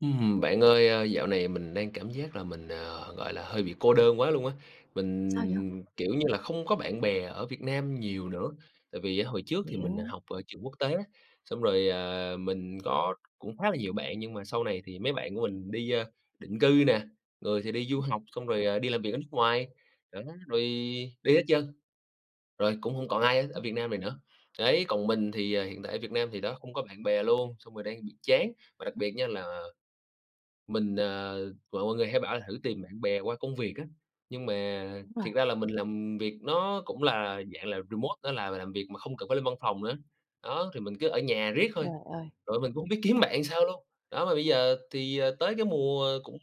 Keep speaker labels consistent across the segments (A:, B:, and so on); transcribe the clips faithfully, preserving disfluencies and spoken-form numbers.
A: Ừm, bạn ơi, ơ, dạo này mình đang cảm giác là mình, ờ, gọi là, hơi bị cô đơn quá luôn á.
B: Sao vậy?
A: Mình, kiểu như là, không có bạn bè ở Việt Nam nhiều nữa, tại vì á hồi trước thì mình
B: Hiểu.
A: học ở trường quốc tế, xong rồi, ờ, mình có cũng khá là nhiều bạn nhưng mà sau này thì mấy bạn của mình đi, ơ, định cư nè, người thì đi du học, xong rồi, ờ, đi làm việc ở nước ngoài, đó, rồi đi hết trơn, rồi cũng không còn ai ở ở Việt Nam này nữa. Đấy, còn mình thì, ờ, hiện tại ở Việt Nam thì đó, không có bạn bè luôn, xong rồi đang bị chán. Và đặc biệt nha là mình, ờ mọi mọi người hay bảo là thử tìm bạn bè qua công việc á, nhưng mà
B: Đúng rồi.
A: thiệt ra là mình làm việc nó cũng là dạng là remote, nó là làm việc mà không cần phải lên văn phòng nữa. Đó, thì mình cứ ở nhà riết thôi,
B: Trời ơi!
A: rồi mình cũng hông biết kiếm bạn sao luôn. Đó, mà bây giờ thì, ờ, tới cái mùa cũng,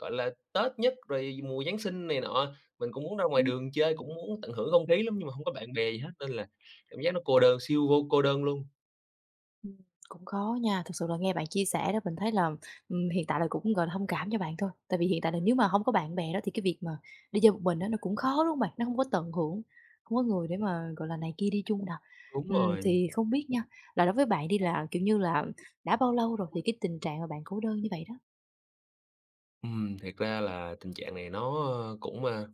A: gọi là, Tết nhất, rồi mùa Giáng sinh này nọ, mình cũng muốn ra ngoài
B: Ừm,
A: đường chơi, cũng muốn tận hưởng không khí lắm, nhưng mà không có bạn bè gì hết nên là cảm giác nó cô đơn, siêu vô cô đơn luôn.
B: ừm, cũng khó nha. Thực sự là nghe bạn chia sẻ đó, mình thấy là, ừm, hiện tại là cũng, gọi là, thông cảm cho bạn thôi. Tại vì hiện tại là nếu mà không có bạn bè đó thì cái việc mà đi chơi một mình đó nó cũng khó, đúng không bạn? Nó không có tận hưởng, không có người để mà, gọi là, này kia đi chung đâu.
A: Đúng
B: Ừm,
A: rồi.
B: thì không biết nha, là đối với bạn đi là, kiểu như là, đã bao lâu rồi thì cái tình trạng mà bạn cô đơn như vậy đó?
A: Ừm, thiệt ra là tình trạng này nó cũng, a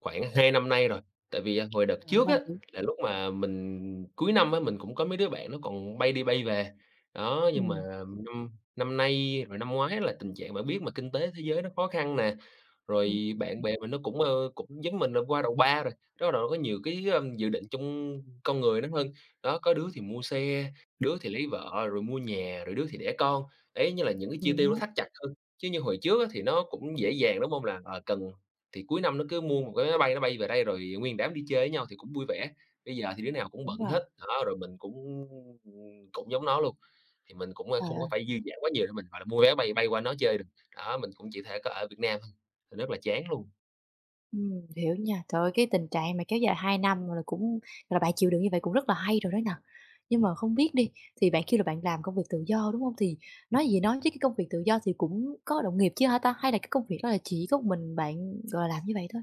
A: khoảng hai năm nay rồi, tại vì, à, hồi đợt
B: Ờ,
A: trước
B: lâu
A: á,
B: chưa?
A: là lúc mà mình cuối năm á, mình cũng có mấy đứa bạn nó còn bay đi bay về. Đó, nhưng mà
B: Ừm,
A: năm năm nay rồi năm ngoái là tình trạng bạn biết mà kinh tế thế giới nó khó khăn nè,
B: Ừm.
A: rồi bạn bè mình nó cũng, ơ, cũng giống mình là qua đầu ba rồi, bắt nó có nhiều cái, ơ, dự định trong con người nó hơn. Đó, có đứa thì mua xe, đứa thì lấy vợ, rồi mua nhà, rồi đứa thì đẻ con. Ấy như là những cái chi tiêu nó
B: Hiểu,
A: thắt chặt hơn, chứ như hồi trước á thì nó cũng dễ dàng, đúng không? Là, ờ, cần thì cuối năm nó cứ mua một cái máy bay nó bay về đây rồi nguyên đám đi chơi với nhau thì cũng vui vẻ. Bây giờ thì đứa nào cũng
B: đúng
A: bận
B: rồi.
A: hết, đó, rồi mình cũng, cũng giống nó luôn, thì mình cũng, ơ,
B: Trời
A: không có
B: ơi!
A: phải dư dả quá nhiều để mình, gọi là, mua vé bay bay qua nó chơi được. Đó, mình cũng chỉ thể có ở Việt Nam rất là chán luôn.
B: Ừm, hiểu nha. Trời ơi, cái tình trạng mà kéo dài hai năm là cũng là bạn chịu đựng như vậy cũng rất là hay rồi đó nè. Nhưng mà không biết đi, thì bạn kêu là bạn làm công việc tự do, đúng không? Thì nói gì nói chứ cái công việc tự do thì cũng có đồng nghiệp chứ hả ta? Hay là cái công việc đó là chỉ có một mình bạn, gọi là, làm như vậy thôi?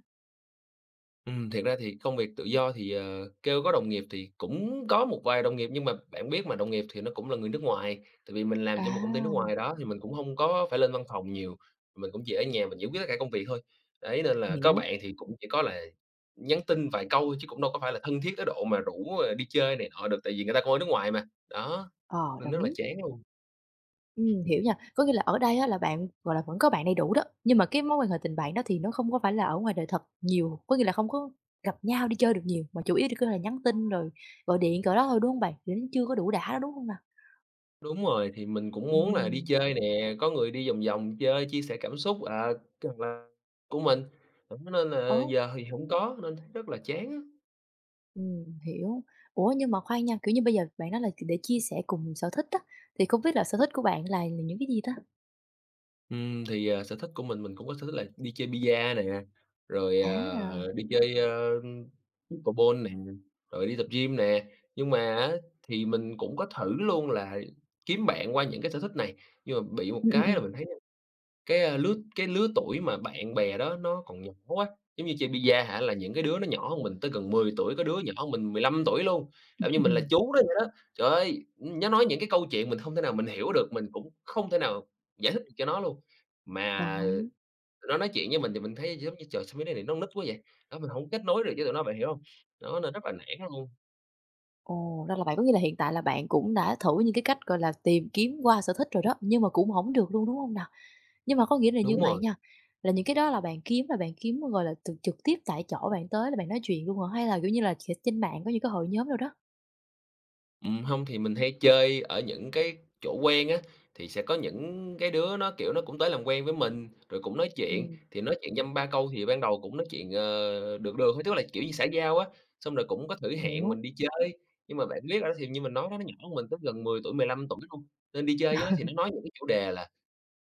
A: Ừm, thiệt ra thì công việc tự do thì, ờ, kêu có đồng nghiệp thì cũng có một vài đồng nghiệp, nhưng mà bạn biết mà, đồng nghiệp thì nó cũng là người nước ngoài, tại vì mình làm cho một công ty nước
B: À,
A: ngoài đó thì mình cũng không có phải lên văn phòng nhiều, mình cũng chỉ ở nhà mình giải quyết tất cả công việc thôi. Đấy, nên là có
B: hiểu,
A: bạn thì cũng chỉ có là nhắn tin vài câu chứ cũng đâu có phải là thân thiết tới độ mà rủ, ờ, đi chơi này nọ được, tại vì người ta cũng ở nước ngoài mà. Đó,
B: ờ,
A: nên
B: đồng
A: rất là
B: ý.
A: chán luôn.
B: Ừm, hiểu nha. Có nghĩa là ở đây á là bạn, gọi là, vẫn có bạn đầy đủ đó, nhưng mà cái mối quan hệ tình bạn đó thì nó không có phải là ở ngoài đời thật nhiều, có nghĩa là không có gặp nhau đi chơi được nhiều, mà chủ yếu thì cứ là nhắn tin rồi gọi điện cỡ đó thôi, đúng hông bạn? Thì nó chưa có đủ đã đó, đúng hông nào?
A: Đúng rồi, thì mình cũng muốn là đi
B: Ừm,
A: chơi nè, có người đi vòng vòng chơi, chia sẻ cảm xúc, à, rằng là của mình, đó nên là
B: ố,
A: giờ thì hổng có nên thấy rất là chán á.
B: ừm, hiểu. Ủa, nhưng mà khoan nha, kiểu như, bây giờ bạn nói là để chia sẻ cùng sở thích á, thì không biết là sở thích của bạn là là những cái gì ta?
A: Ừm, thì, à, sở thích của mình, mình cũng có sở thích là đi chơi bi-a nè, rồi,
B: À,
A: ờ, đi chơi, ơ, pickleball nè, rồi đi tập gym nè. Nhưng mà á thì mình cũng có thử luôn là kiếm bạn qua những cái sở thích này, nhưng mà bị một
B: ừm,
A: cái là
B: ừm,
A: mình thấy Cái, a, lứa cái lứa tuổi mà bạn bè đó nó còn nhỏ quá, giống như chơi bi-a hả, là những cái đứa nó nhỏ hơn mình tới gần mười tuổi, có đứa nhỏ hơn mình mười lăm tuổi luôn, kiểu như mình là
B: ừm,
A: chú nó vậy đó. Trời ơi, nó nói những cái câu chuyện mình hông thể nào mình hiểu được, mình cũng không thể nào giải thích được cho nó luôn. Mà
B: đồng ý.
A: nó nói chuyện với mình thì mình thấy giống như "Trời, sao mấy đứa này nó con nít quá vậy?" Đó, mình hổng kết nối được với tụi nó, bạn hiểu hông? Đó, nên rất là nản luôn.
B: Ồ, ra là vậy, có nghĩa là hiện tại là bạn cũng đã thử những cái cách, gọi là, tìm kiếm qua sở thích rồi đó, nhưng mà cũng hổng được luôn, đúng hông nào? Nhưng mà có nghĩa là như
A: Đúng
B: vậy
A: rồi.
B: nha, là những cái đó là bạn kiếm là bạn kiếm, gọi là, từ trực tiếp tại chỗ bạn tới là bạn nói chuyện luôn hả? Hay là, kiểu như là, sẽ trên mạng có những cái hội nhóm nào đó?
A: Ừm, hông thì mình hay chơi ở những cái chỗ quen á, thì sẽ có những cái đứa nó, kiểu, nó cũng tới làm quen với mình, rồi cũng nói chuyện,
B: Ừm.
A: thì nói chuyện dăm ba câu thì ban đầu cũng nói chuyện, ờ, được được thôi, tức là, kiểu như, xã giao á. Xong rồi cũng có thử hẹn
B: Hiểu,
A: mình đi chơi, nhưng mà bạn biết rồi đó, thì như mình nói đó, nó nhỏ hơn mình tới gần mười tuổi, mười lăm tuổi luôn, nên đi chơi với nó thì nó nói những cái chủ đề là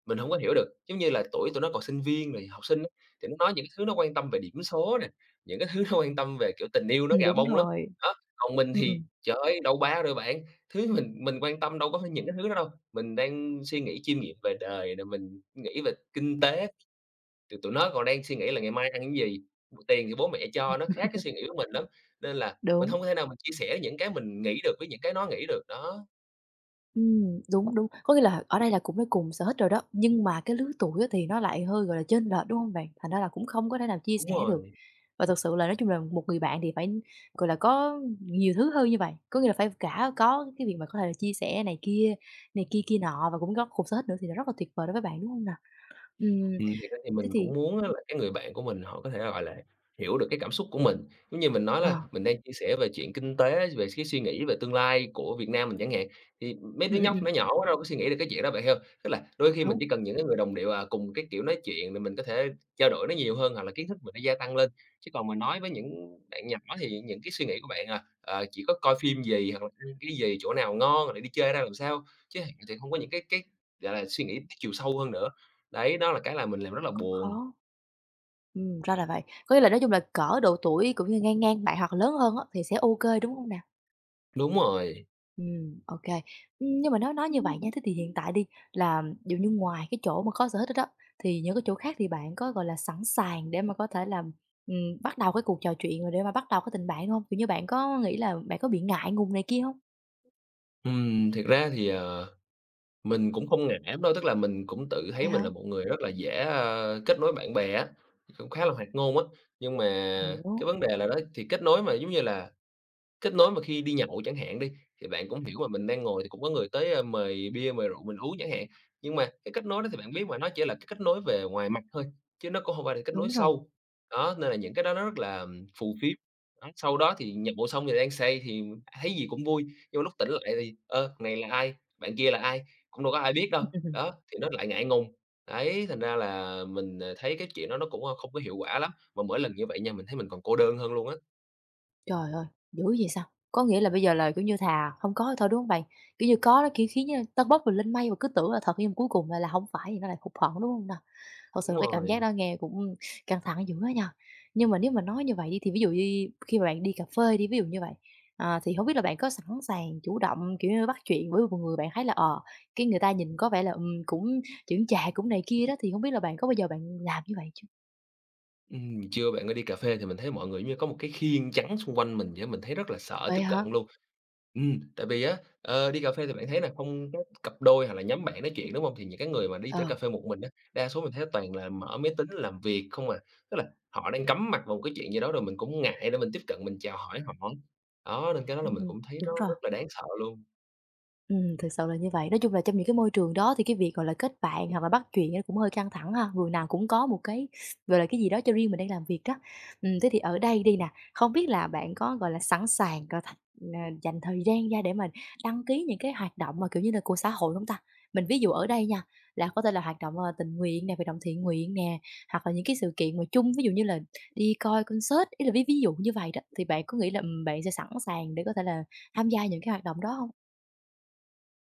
A: mình không có hiểu được, giống như là, tuổi tụi nó còn sinh viên rồi học sinh á, thì nó nói những cái thứ nó quan tâm về điểm số nè, những cái thứ nó quan tâm về, kiểu, tình yêu nó
B: ừm,
A: gà
B: đúng
A: bông lắm.
B: rồi,
A: Đó, còn mình
B: ừm,
A: thì,
B: ừm,
A: trời ơi, đầu ba rồi bạn, thứ mình mình quan tâm đâu có phải những cái thứ đó đâu. Mình đang suy nghĩ chiêm nghiệm về đời nè, mình nghĩ về kinh tế, thì tụi nó còn đang suy nghĩ là ngày mai ăn cái gì, tiền thì bố mẹ cho, nó khác cái suy nghĩ của mình lắm, nên là mình
B: đúng.
A: không có thể nào mình chia sẻ những cái mình nghĩ được với những cái nó nghĩ được, đó,
B: Ừm, đúng, đúng. Có nghĩa là ở đây là cũng đã cùng sở thích rồi đó, nhưng mà cái lứa tuổi á thì nó lại hơi, gọi là, chênh lệch, đúng hông bạn? Thành ra là cũng không có thể nào chia sẻ
A: đúng
B: được.
A: rồi.
B: Và thực sự là nói chung là một người bạn thì phải, gọi là, có nhiều thứ hơn như vậy, có nghĩa là phải cả có cái việc mà có thể là chia sẻ này kia, này kia kia nọ và cũng có cùng sở thích nữa thì nó rất là tuyệt vời đối với bạn, đúng hông nè? Ừm,
A: Ừm, thiệt ra thì mình
B: thế
A: cũng
B: thì
A: muốn á là cái người bạn của mình họ có thể, là, gọi là, hiểu được cái cảm xúc của mình. Giống như mình nói là
B: ờ,
A: mình đang chia sẻ về chuyện kinh tế, về cái suy nghĩ về tương lai của Việt Nam mình chẳng hạn, thì mấy
B: ừm,
A: đứa
B: ừm,
A: nhóc nó
B: ừm,
A: nhỏ quá đâu có suy nghĩ được cái chuyện đó, bạn hiểu hông? Tức là đôi khi mình
B: đúng,
A: chỉ cần những cái người đồng điệu, à, cùng cái kiểu nói chuyện để mình có thể trao đổi nó nhiều hơn hoặc là kiến thức mình nó gia tăng lên. Chứ còn mà nói với những bạn nhỏ thì những cái suy nghĩ của bạn, à, ờ, chỉ có coi phim gì hoặc là ăn cái gì, chỗ nào ngon rồi đi chơi ra làm sao, chứ thì không có những cái cái, gọi là, suy nghĩ chiều sâu hơn nữa. Đấy, đó là cái là mình làm rất là
B: cũng
A: buồn.
B: khó. Ừm, ra là vậy. Có nghĩa là nói chung là cỡ độ tuổi cũng như ngang ngang bạn hoặc lớn hơn á thì sẽ ô kê, đúng hông nè?
A: Đúng rồi.
B: Ừm, ok kê. Nhưng mà nói nói như vậy nha, thế thì hiện tại đi là dụ như ngoài cái chỗ mà có sở thích đó đó, thì những cái chỗ khác thì bạn có, gọi là, sẵn sàng để mà có thể là, ừm, bắt đầu cái cuộc trò chuyện rồi để mà bắt đầu cái tình bạn không? Kiểu như, bạn có nghĩ là bạn có bị ngại ngùng này kia không?
A: Ừm, thiệt ra thì, ờ, mình cũng không ngại lắm đâu, tức là mình cũng tự
B: Phải
A: thấy mình
B: hả?
A: là một người rất là dễ, a, kết nối bạn bè á, cũng khá là hoạt ngôn á. Nhưng mà
B: Hiểu,
A: cái vấn đề là đó thì kết nối mà, giống như là kết nối mà khi đi nhậu chẳng hạn đi, thì bạn cũng hiểu mà mình đang ngồi thì cũng có người tới, a, mời bia, mời rượu mình uống chẳng hạn. Nhưng mà cái kết nối đó thì bạn biết mà, nó chỉ là cái kết nối về ngoài mặt thôi, chứ nó cũng không phải là kết nối
B: đúng rồi.
A: sâu. Đó, nên là những cái đó nó rất là phù phiếm. Đó, sau đó thì nhậu xong thì đang say thì thấy gì cũng vui, nhưng mà lúc tỉnh lại thì, ơ, này là ai, bạn kia là ai, cũng đâu có ai biết đâu. Đó, thì nó lại ngại ngùng. Đấy, thành ra là mình, ờ, thấy cái chuyện đó nó cũng, ơ, không có hiệu quả lắm, mà mỗi lần như vậy nha, mình thấy mình còn cô đơn hơn luôn á.
B: Trời ơi, dữ vậy sao? Có nghĩa là bây giờ là, kiểu như, thà không có thì thôi, đúng không bạn? Kiểu như, có nó, kiểu, khiến như tơ bốc mình lên mây và cứ tưởng là thật nhưng cuối cùng lại là không phải thì nó lại hụt hẫng, đúng không nào? Thật sự
A: Đúng
B: là cái cảm giác
A: rồi.
B: đó nghe cũng căng thẳng dữ đó nha. Nhưng mà nếu mà nói như vậy đi thì ví dụ như khi mà bạn đi cà phê đi, ví dụ như vậy, à, thì không biết là bạn có sẵn sàng chủ động, kiểu như, bắt chuyện với một người bạn thấy là, ờ, cái người ta nhìn có vẻ là, ừm, cũng chững chạc, cũng này kia đó, thì không biết là bạn có bao giờ bạn làm như vậy chứ?
A: Ừm, trưa bạn có đi cà phê thì mình thấy mọi người như có một cái khiên chắn xung quanh mình vậy, mình thấy rất là sợ tiếp
B: Vậy
A: cận
B: hả?
A: luôn. Ừm, tại vì á, ờ, đi cà phê thì bạn thấy là không có cặp đôi hoặc là nhóm bạn nói chuyện, đúng không? Thì những cái người mà đi tới
B: Ờ.
A: cà phê một mình á, đa số mình thấy toàn là mở máy tính làm việc không à, tức là họ đang cắm mặt vào một cái chuyện gì đó rồi mình cũng ngại để mình tiếp cận mình chào hỏi họ. Đó, nên cái đó là mình
B: Ừm,
A: cũng thấy nó
B: đúng rồi.
A: rất là đáng sợ luôn.
B: Ừm, thực sự là như vậy. Nói chung là trong những cái môi trường đó thì cái việc, gọi là, kết bạn hoặc là bắt chuyện nó cũng hơi căng thẳng ha, người nào cũng có một cái, gọi là, cái gì đó cho riêng mình đang làm việc đó. Ừm, thế thì ở đây đi nè, không biết là bạn có, gọi là, sẵn sàng, gọi là th ờ, dành thời gian ra để mình đăng ký những cái hoạt động mà, kiểu như là, của xã hội hông ta? Mình ví dụ ở đây nha, là có thể là hoạt động, ờ, tình nguyện nè, hoạt động thiện nguyện nè, hoặc là những cái sự kiện mà chung, ví dụ như là đi coi concert, ý là ví ví dụ như vậy đó, thì bạn có nghĩ là, ừm, bạn sẽ sẵn sàng để có thể là tham gia những cái hoạt động đó không?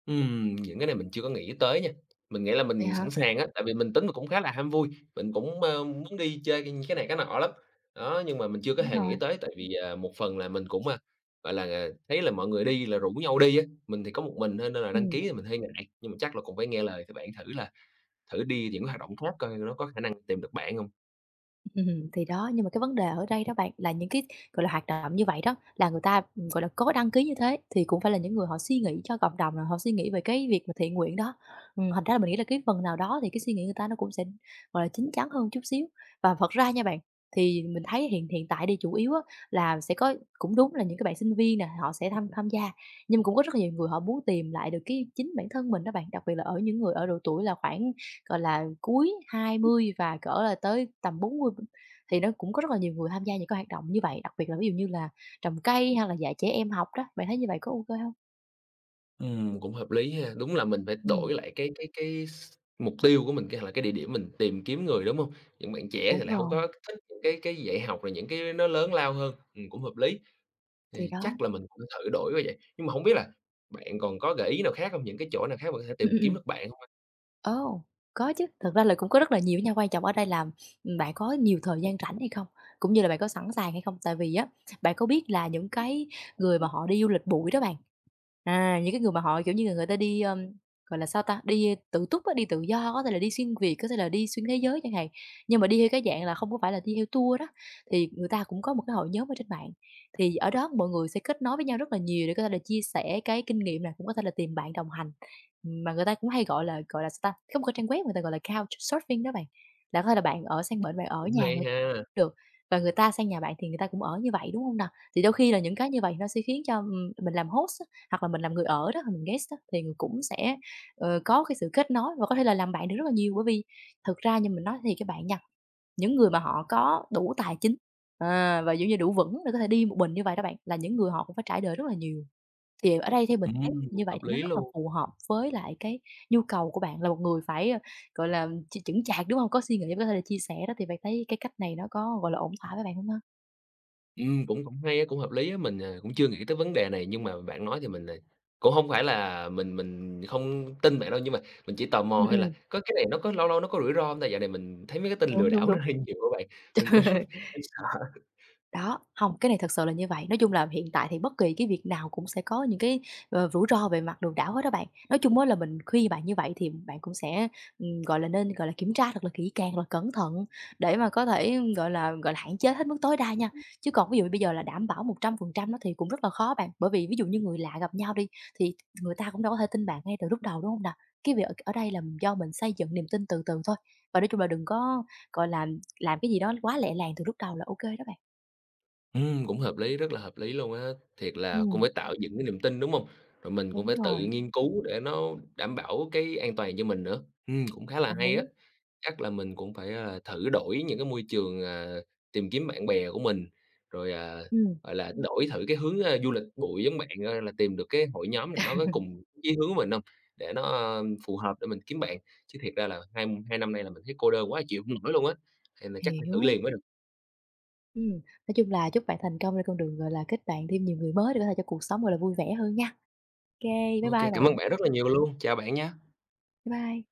A: Ừm, những cái này mình chưa có nghĩ tới nha. Mình nghĩ là
B: Vậy
A: mình sẵn
B: hả?
A: sàng á, tại vì mình tính mình cũng khá là ham vui, mình cũng, ơ, muốn đi chơi cái cái này cái nọ lắm. Đó, nhưng mà mình chưa có
B: Đúng
A: hề nghĩ
B: rồi,
A: tới tại vì, à, một phần là mình cũng, a, gọi là, à, thấy là mọi người đi là rủ nhau đi á, mình thì có một mình thôi nên là
B: ừ.
A: đăng ký thì mình hơi ngại, nhưng mà chắc là cũng phải nghe lời các bạn thử là thử đi những cái hoạt động khác coi nó có khả năng tìm được bạn hông.
B: Ừm, thì đó, nhưng mà cái vấn đề ở đây đó bạn, là những cái, gọi là, hoạt động như vậy đó, là người ta, ừm, gọi là, có đăng ký như thế thì cũng phải là những người họ suy nghĩ cho cộng đồng, rồi họ suy nghĩ về cái việc mà thiện nguyện đó. Ừm, thành ra là mình nghĩ là cái phần nào đó thì cái suy nghĩ người ta nó cũng sẽ, gọi là, chín chắn hơn chút xíu. Và thật ra nha bạn, thì mình thấy hiện hiện tại đi chủ yếu á là sẽ có cũng đúng là những cái bạn sinh viên nè, họ sẽ tham tham gia, nhưng mà cũng có rất là nhiều người họ muốn tìm lại được cái chính bản thân mình đó bạn, đặc biệt là ở những người ở độ tuổi là khoảng, gọi là, cuối hai mươi và cỡ là tới tầm bốn mươi thì nó cũng có rất là nhiều người tham gia những cái hoạt động như vậy, đặc biệt là ví dụ như là trồng cây hay là dạy trẻ em học đó, bạn thấy như vậy có ok không?
A: Ừm, cũng hợp lý ha. Đúng là mình phải đổi
B: Ừm,
A: lại cái cái cái s mục tiêu của mình, cái hoặc là cái địa điểm mình tìm kiếm người, đúng không? Những bạn trẻ thì
B: đúng
A: lại không
B: rồi.
A: có thích những cái cái dạy học rồi những cái nó lớn lao hơn, ừm, cũng hợp lý,
B: Thì
A: thì
B: đó.
A: chắc là mình cũng thử đổi như vậy. Nhưng mà không biết là bạn còn có gợi ý nào khác không? Những cái chỗ nào khác mà có thể
B: Ừm,
A: tìm
B: ừm,
A: kiếm
B: ừm.
A: được bạn không?
B: Ồ, có chứ, thật ra là cũng có rất là nhiều á nha, quan trọng ở đây là, bạn có nhiều thời gian rảnh hay không, cũng như là bạn có sẵn sàng hay không. Tại vì á, bạn có biết là những cái người mà họ đi du lịch bụi đó bạn, à, những cái người mà họ, kiểu như là, người ta đi, ơm, gọi là, sao ta, đi tự túc á, đi tự do, có thể là đi xuyên Việt, có thể là đi xuyên thế giới chẳng hạn, nhưng mà đi theo cái dạng là không có phải là đi theo tour đó, thì người ta cũng có một cái hội nhóm ở trên mạng. Thì ở đó mọi người sẽ kết nối với nhau rất là nhiều để có thể là chia sẻ cái kinh nghiệm này cũng có thể là tìm bạn đồng hành. Mà người ta cũng hay, gọi là, gọi là, sao ta, có một cái trang web người ta gọi là Couchsurfing đó bạn, là có thể là bạn ở sang bển, bạn ở
A: Cũng
B: nhà
A: hay
B: người
A: ha,
B: được, và người ta sang nhà bạn thì người ta cũng ở như vậy, đúng không nào? Thì đôi khi là những cái như vậy nó sẽ khiến cho, ừm, mình làm host á hoặc là mình làm người ở đó, hoặc mình guest á, thì cũng sẽ, ờ, có cái sự kết nối và có thể là làm bạn được rất là nhiều. Bởi vì thực ra như mình nói thì các bạn nha, những người mà họ có đủ tài chính, à, và, kiểu như, đủ vững để có thể đi một mình như vậy đó bạn, là những người họ cũng phải trải đời rất là nhiều. Thì ở đây theo mình thấy
A: ừm,
B: như
A: cũng
B: vậy
A: hợp
B: thì nó
A: lý
B: rất là
A: luôn.
B: phù hợp với lại cái nhu cầu của bạn là một người phải, ờ, gọi là, ch chững chạc, đúng không? Có suy nghĩ và có thể là chia sẻ đó, thì bạn thấy cái cách này nó có, gọi là, ổn thỏa với bạn hông ha?
A: Ừm, cũng cũng hay á, cũng hợp lý á, mình, à, cũng chưa nghĩ tới vấn đề này, nhưng mà bạn nói thì mình, à, cũng hông phải là mình mình không tin bạn đâu, nhưng mà mình chỉ tò mò
B: Ừm,
A: thôi là
B: ừm,
A: có cái này nó có lâu lâu nó có rủi ro hông ta? Dạo này mình thấy mấy cái tin lừa
B: đúng, đúng,
A: đảo nó
B: đúng.
A: hơi nhiều á bạn, mình cũng hơi sợ.
B: Đó, không cái này thật sự là như vậy. Nói chung là hiện tại thì bất kỳ cái việc nào cũng sẽ có những cái, ờ, rủi ro về mặt đường đảo hết đó bạn. Nói chung á là mình khuyên bạn như vậy thì bạn cũng sẽ, ừm, gọi là, nên, gọi là, kiểm tra thật là kỹ càng, là cẩn thận để mà có thể, gọi là, gọi là, hạn chế hết mức tối đa nha. Chứ còn ví dụ bây giờ là đảm bảo một trăm phần trăm nó thì cũng rất là khó bạn, bởi vì ví dụ như người lạ gặp nhau đi, thì người ta cũng đâu có thể tin bạn ngay từ lúc đầu, đúng không nào? Cái việc ở ở đây là do mình xây dựng niềm tin từ từ thôi, và nói chung là đừng có, gọi là, làm cái gì đó quá lẹ làng từ lúc đầu là ok đó bạn.
A: Ừm, cũng hợp lý, rất là hợp lý luôn á. Thiệt là cũng
B: Ừm,
A: phải tạo dựng cái niềm tin, đúng hông? Rồi mình cũng
B: đúng
A: phải tự
B: rồi,
A: nghiên cứu để nó đảm bảo cái an toàn cho mình nữa. Ừm, cũng khá là
B: đồng
A: hay á.
B: ý.
A: Chắc là mình cũng phải, à, thử đổi những cái môi trường, à, tìm kiếm bạn bè của mình, rồi, à,
B: Ừm,
A: gọi là, đổi thử cái hướng, a, du lịch bụi giống bạn coi là tìm được cái hội nhóm nào nó có cùng chí hướng của mình không, để nó, ơ, phù hợp để mình kiếm bạn. Chứ thiệt ra là hai hai năm nay là mình thấy cô đơn quá chịu không nổi luôn á, nên là chắc phải thử
B: hiểu.
A: liền mới được.
B: Ừm, nói chung là chúc bạn thành công trên con đường, gọi là, kết bạn thêm nhiều người mới để có thể cho cuộc sống, gọi là, vui vẻ hơn nha. OK, bye bye
A: OK, cảm ơn
B: bạn.
A: bạn rất là nhiều luôn, chào bạn nha.
B: Bye bye.